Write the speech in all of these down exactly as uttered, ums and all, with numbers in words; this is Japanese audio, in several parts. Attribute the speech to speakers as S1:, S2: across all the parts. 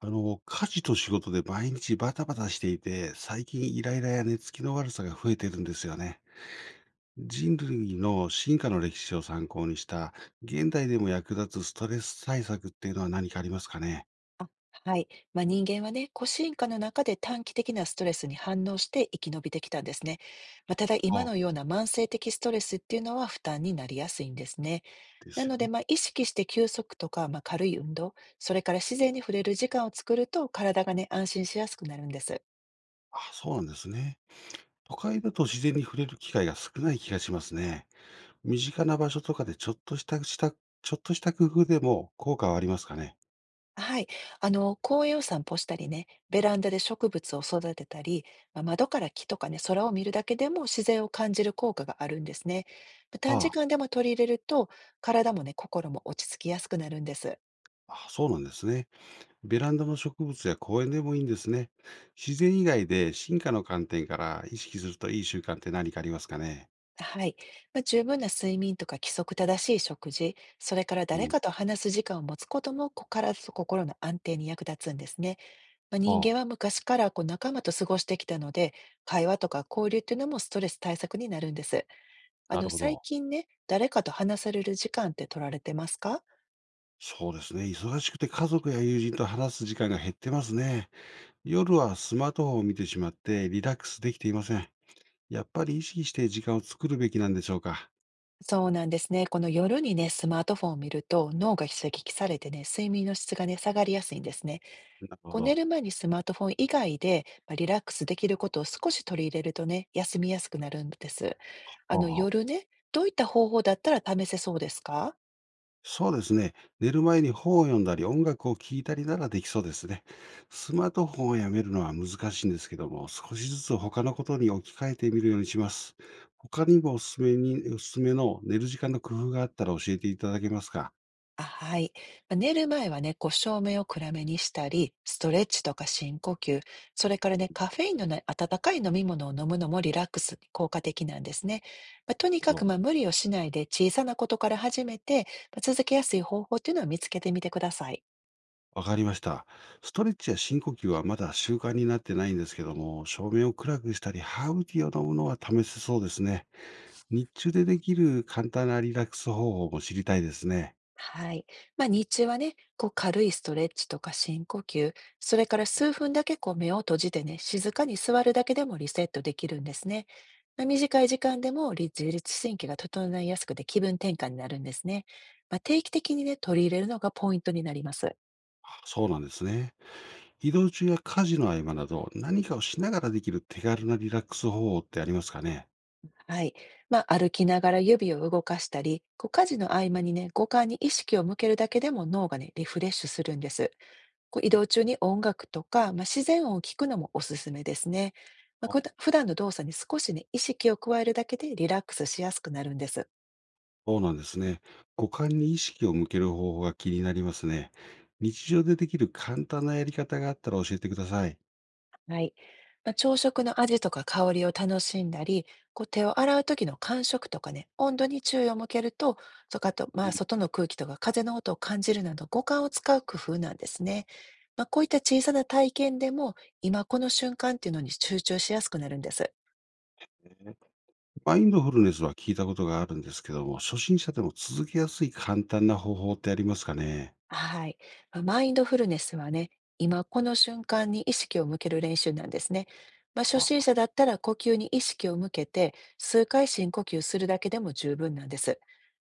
S1: あの、家事と仕事で毎日バタバタしていて、最近イライラや寝つきの悪さが増えてるんですよね。人類の進化の歴史を参考にした、現代でも役立つストレス対策っていうのは何かありますかね？
S2: はい。まあ、人間はね、個進化の中で短期的なストレスに反応して生き延びてきたんですね。まあ、ただ今
S1: あ、
S2: のような慢性的ストレスっていうのは負担になりやすいんですね。
S1: で
S2: な
S1: す
S2: の
S1: よ
S2: で、
S1: ね。
S2: まあ、意識して休息とか、まあ、軽い運動、それから自然に触れる時間を作ると体がね、安心しやすくなるんです。
S1: あ、そうなんですね。都会だと自然に触れる機会が少ない気がしますね。身近な場所とかでちょっとした、したちょっとした工夫でも効果はありますかね？
S2: はい。あの、公園を散歩したりね、ベランダで植物を育てたり、まあ、窓から木とかね、空を見るだけでも自然を感じる効果があるんですね。短時
S1: あ
S2: 間でも取り入れると、体もね、心も落ち着きやすくなるんです。
S1: あ、あ、そうなんですね。ベランダの植物や公園でもいいんですね。自然以外で進化の観点から意識するといい習慣って何かありますかね？
S2: はい。まあ、十分な睡眠とか規則正しい食事、それから
S1: う
S2: 誰
S1: ん。
S2: かと話す時間を持つことも、こ体と心の安定に役立つんですね。まあ、人
S1: ああ、
S2: 間は昔からこう仲間と過ごしてきたので、会話とか交流っていうのもストレス対策になるんです。あ
S1: な
S2: の、
S1: るほ
S2: 最
S1: ど。
S2: 近ね、誰かと話される時間って取られてますか？
S1: そうですね。忙しくて家族や友人と話す時間が減ってますね。夜はスマートフォンを見てしまってリラックスできていません。やっぱり意識して時間を作るべきなんでしょうか。
S2: そうなんですね。この夜にね、スマートフォンを見ると、脳が刺激されてね、睡眠の質がね、下がりやすいんですね。
S1: なるほ
S2: こう寝
S1: ど。
S2: る前にスマートフォン以外で、まあ、リラックスできることを少し取り入れるとね、休みやすくなるんです。あ
S1: はあ
S2: の、
S1: はあ、
S2: 夜ね、どういった方法だったら試せそうですか？
S1: そうですね。寝る前に本を読んだり、音楽を聴いたりならできそうですね。スマートフォンをやめるのは難しいんですけども、少しずつ他のことに置き換えてみるようにします。他にもおすすめに、おすすめの寝る時間の工夫があったら教えていただけますか？
S2: あ、はい。まあ寝る前はね、こう照明を暗めにしたり、ストレッチとか深呼吸、それからね、カフェインのない温かい飲み物を飲むのもリラックスに効果的なんですね。まあとに
S1: な
S2: か
S1: るほ
S2: く
S1: ど。
S2: まあ無理をしないで小さなことから始めて、まあ続けやすい方法っていうのを見つけてみてください。
S1: わかりました。ストレッチや深呼吸はまだ習慣になってないんですけども、照明を暗くしたり、ハーブティーを飲むのは試せそうですね。日中でできる簡単なリラックス方法も知りたいですね。
S2: はい。まあ、日中はね、こう軽いストレッチとか深呼吸、それから数分だけこう目を閉じてね、静かに座るだけでもリセットできるんですね。まあ短い時間でもり自律神経が整いやすくて気分転換になるんですね。まあ、定期的にね、取り入れるのがポイントになります。
S1: あ、そうなんですね。移動中や家事の合間など、何かをしながらできる手軽なリラックス方法ってありますかね？
S2: はい。まあ、歩きながら指を動かしたり、こう家事の合間にね、五感に意識を向けるだけでも脳がね、リフレッシュするんです。こう移
S1: え、
S2: 動中に音楽とか、まあ、自然音を聞くのもおすすめですね。まあ、
S1: あ、
S2: こういった普段の動作に少しね、意識を加えるだけでリラックスしやすくなるんです。
S1: そうなんですね。五感に意識を向ける方法が気になりますね。日常でできる簡単なやり方があったら教えてください。
S2: はい。まあ、朝食の味とか香りを楽しんだり、こう手を洗う時の感触とかね、温度に注意を向けると、そかと、ま
S1: い
S2: あ、
S1: い
S2: 外の空気とか風の音を感じるなど五感を使う工夫なんですね。まあ、こういった小さな体験でも、今この瞬間っていうのに集中しやすくなるんです。
S1: ね。マインドフルネスは聞いたことがあるんですけども、初心者でも続けやすい簡単な方法ってありますかね？
S2: はい。まあマインドフルネスはね、今この瞬間に意識を向ける練習なんですね。まあ、初心者
S1: あ、
S2: だったら呼吸に意識を向けて、数回深呼吸するだけでも十分なんです。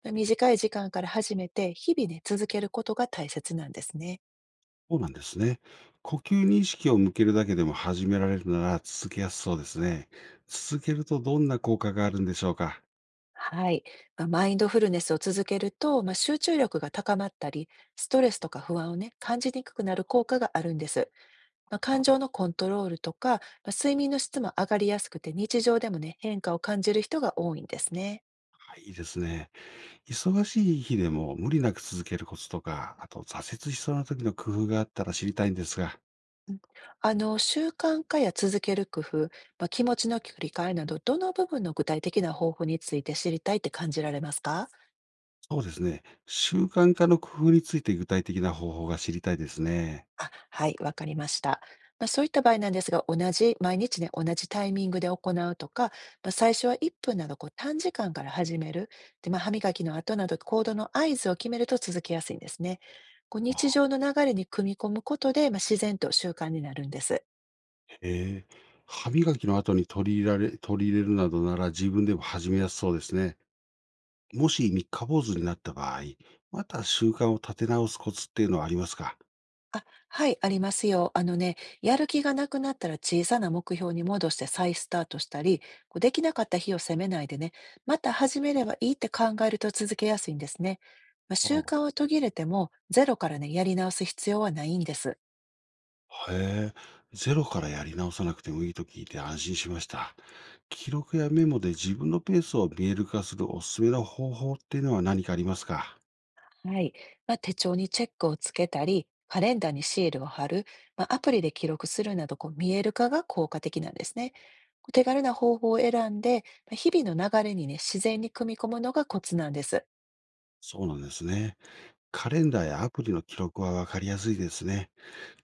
S2: まあ短い時間から始めて、日々ね、続けることが大切なんですね。
S1: そうなんですね。呼吸に意識を向けるだけでも始められるなら続けやすそうですね。続けるとどんな効果があるんでしょうか？
S2: はい。まあ、マインドフルネスを続けると、まあ、集中力が高まったり、ストレスとか不安をね、感じにくくなる効果があるんです。まあ、
S1: あ
S2: 感情
S1: あ、
S2: のコントロールとか、まあ、睡眠の質も上がりやすくて日常でもね、変化を感じる人が多いんですね。
S1: はい、いいですね。忙しい日でも無理なく続けるコツとか、あと挫折しそうな時の工夫があったら知りたいんですが、
S2: あの、習慣化や続ける工夫、まあ、気持ちの切り替えなど、どの部分の具体的な方法について知りたいって感じられますか。
S1: そうですね。習慣化の工夫について具体的な方法が知りたいですね。
S2: あ、はい、わかりました。まあ、そういった場合なんですが、同じ、毎日ね、同じタイミングで行うとか、まあ、最初はいっぷんなどこう短時間から始める。で、まあ、歯磨きの後など行動の合図を決めると続けやすいんですね。こう日
S1: あ、
S2: 常の流れに組み込むことで、まあ、自然と習慣になるんです。
S1: へえ。歯磨きの後に取り入れられ、取り入れるなどなら自分でも始めやすそうですね。もし三日坊主になった場合、また習慣を立て直すコツっていうのはありますか？
S2: あ、はい、ありますよ。あのね、やる気がなくなったら小さな目標に戻して再スタートしたり、こうできなかった日を責めないでね、また始めればいいって考えると続けやすいんですね。まあ、習
S1: あ
S2: 慣
S1: あ、
S2: を途切れても、ゼロからね、やり直す必要はないんです。
S1: へえ、ゼロからやり直さなくてもいいと聞いて安心しました。記録やメモで自分のペースを見える化するおすすめの方法っていうのは何かありますか？
S2: はい。まあ、手帳にチェックをつけたり、カレンダーにシールを貼る、まあ、アプリで記録するなど、こう見える化が効果的なんですね。こう手軽な方法を選んで、まあ日々の流れにね、自然に組み込むのがコツなんです。
S1: そうなんですね。カレンダーやアプリの記録はわかりやすいですね。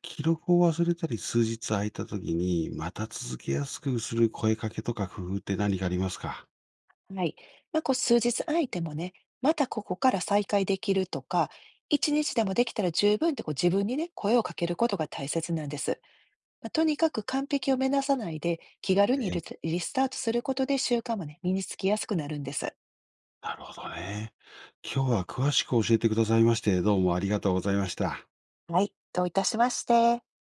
S1: 記録を忘れたり数日空いた時にまた続けやすくする声かけとか工夫って何かありますか？
S2: はい。まあ、こう数日空いてもね、またここから再開できるとか、一日でもできたら十分ってこう自分にね、声をかけることが大切なんです。まあ、とにかく完璧を目指さないで、気軽
S1: え
S2: にリ
S1: え、
S2: リスタートすることで習慣もね、身につきやすくなるんです。
S1: なるほどね。今日は詳しく教えてくださいまして、どうもありがとうございました。
S2: はい。どういたしまして。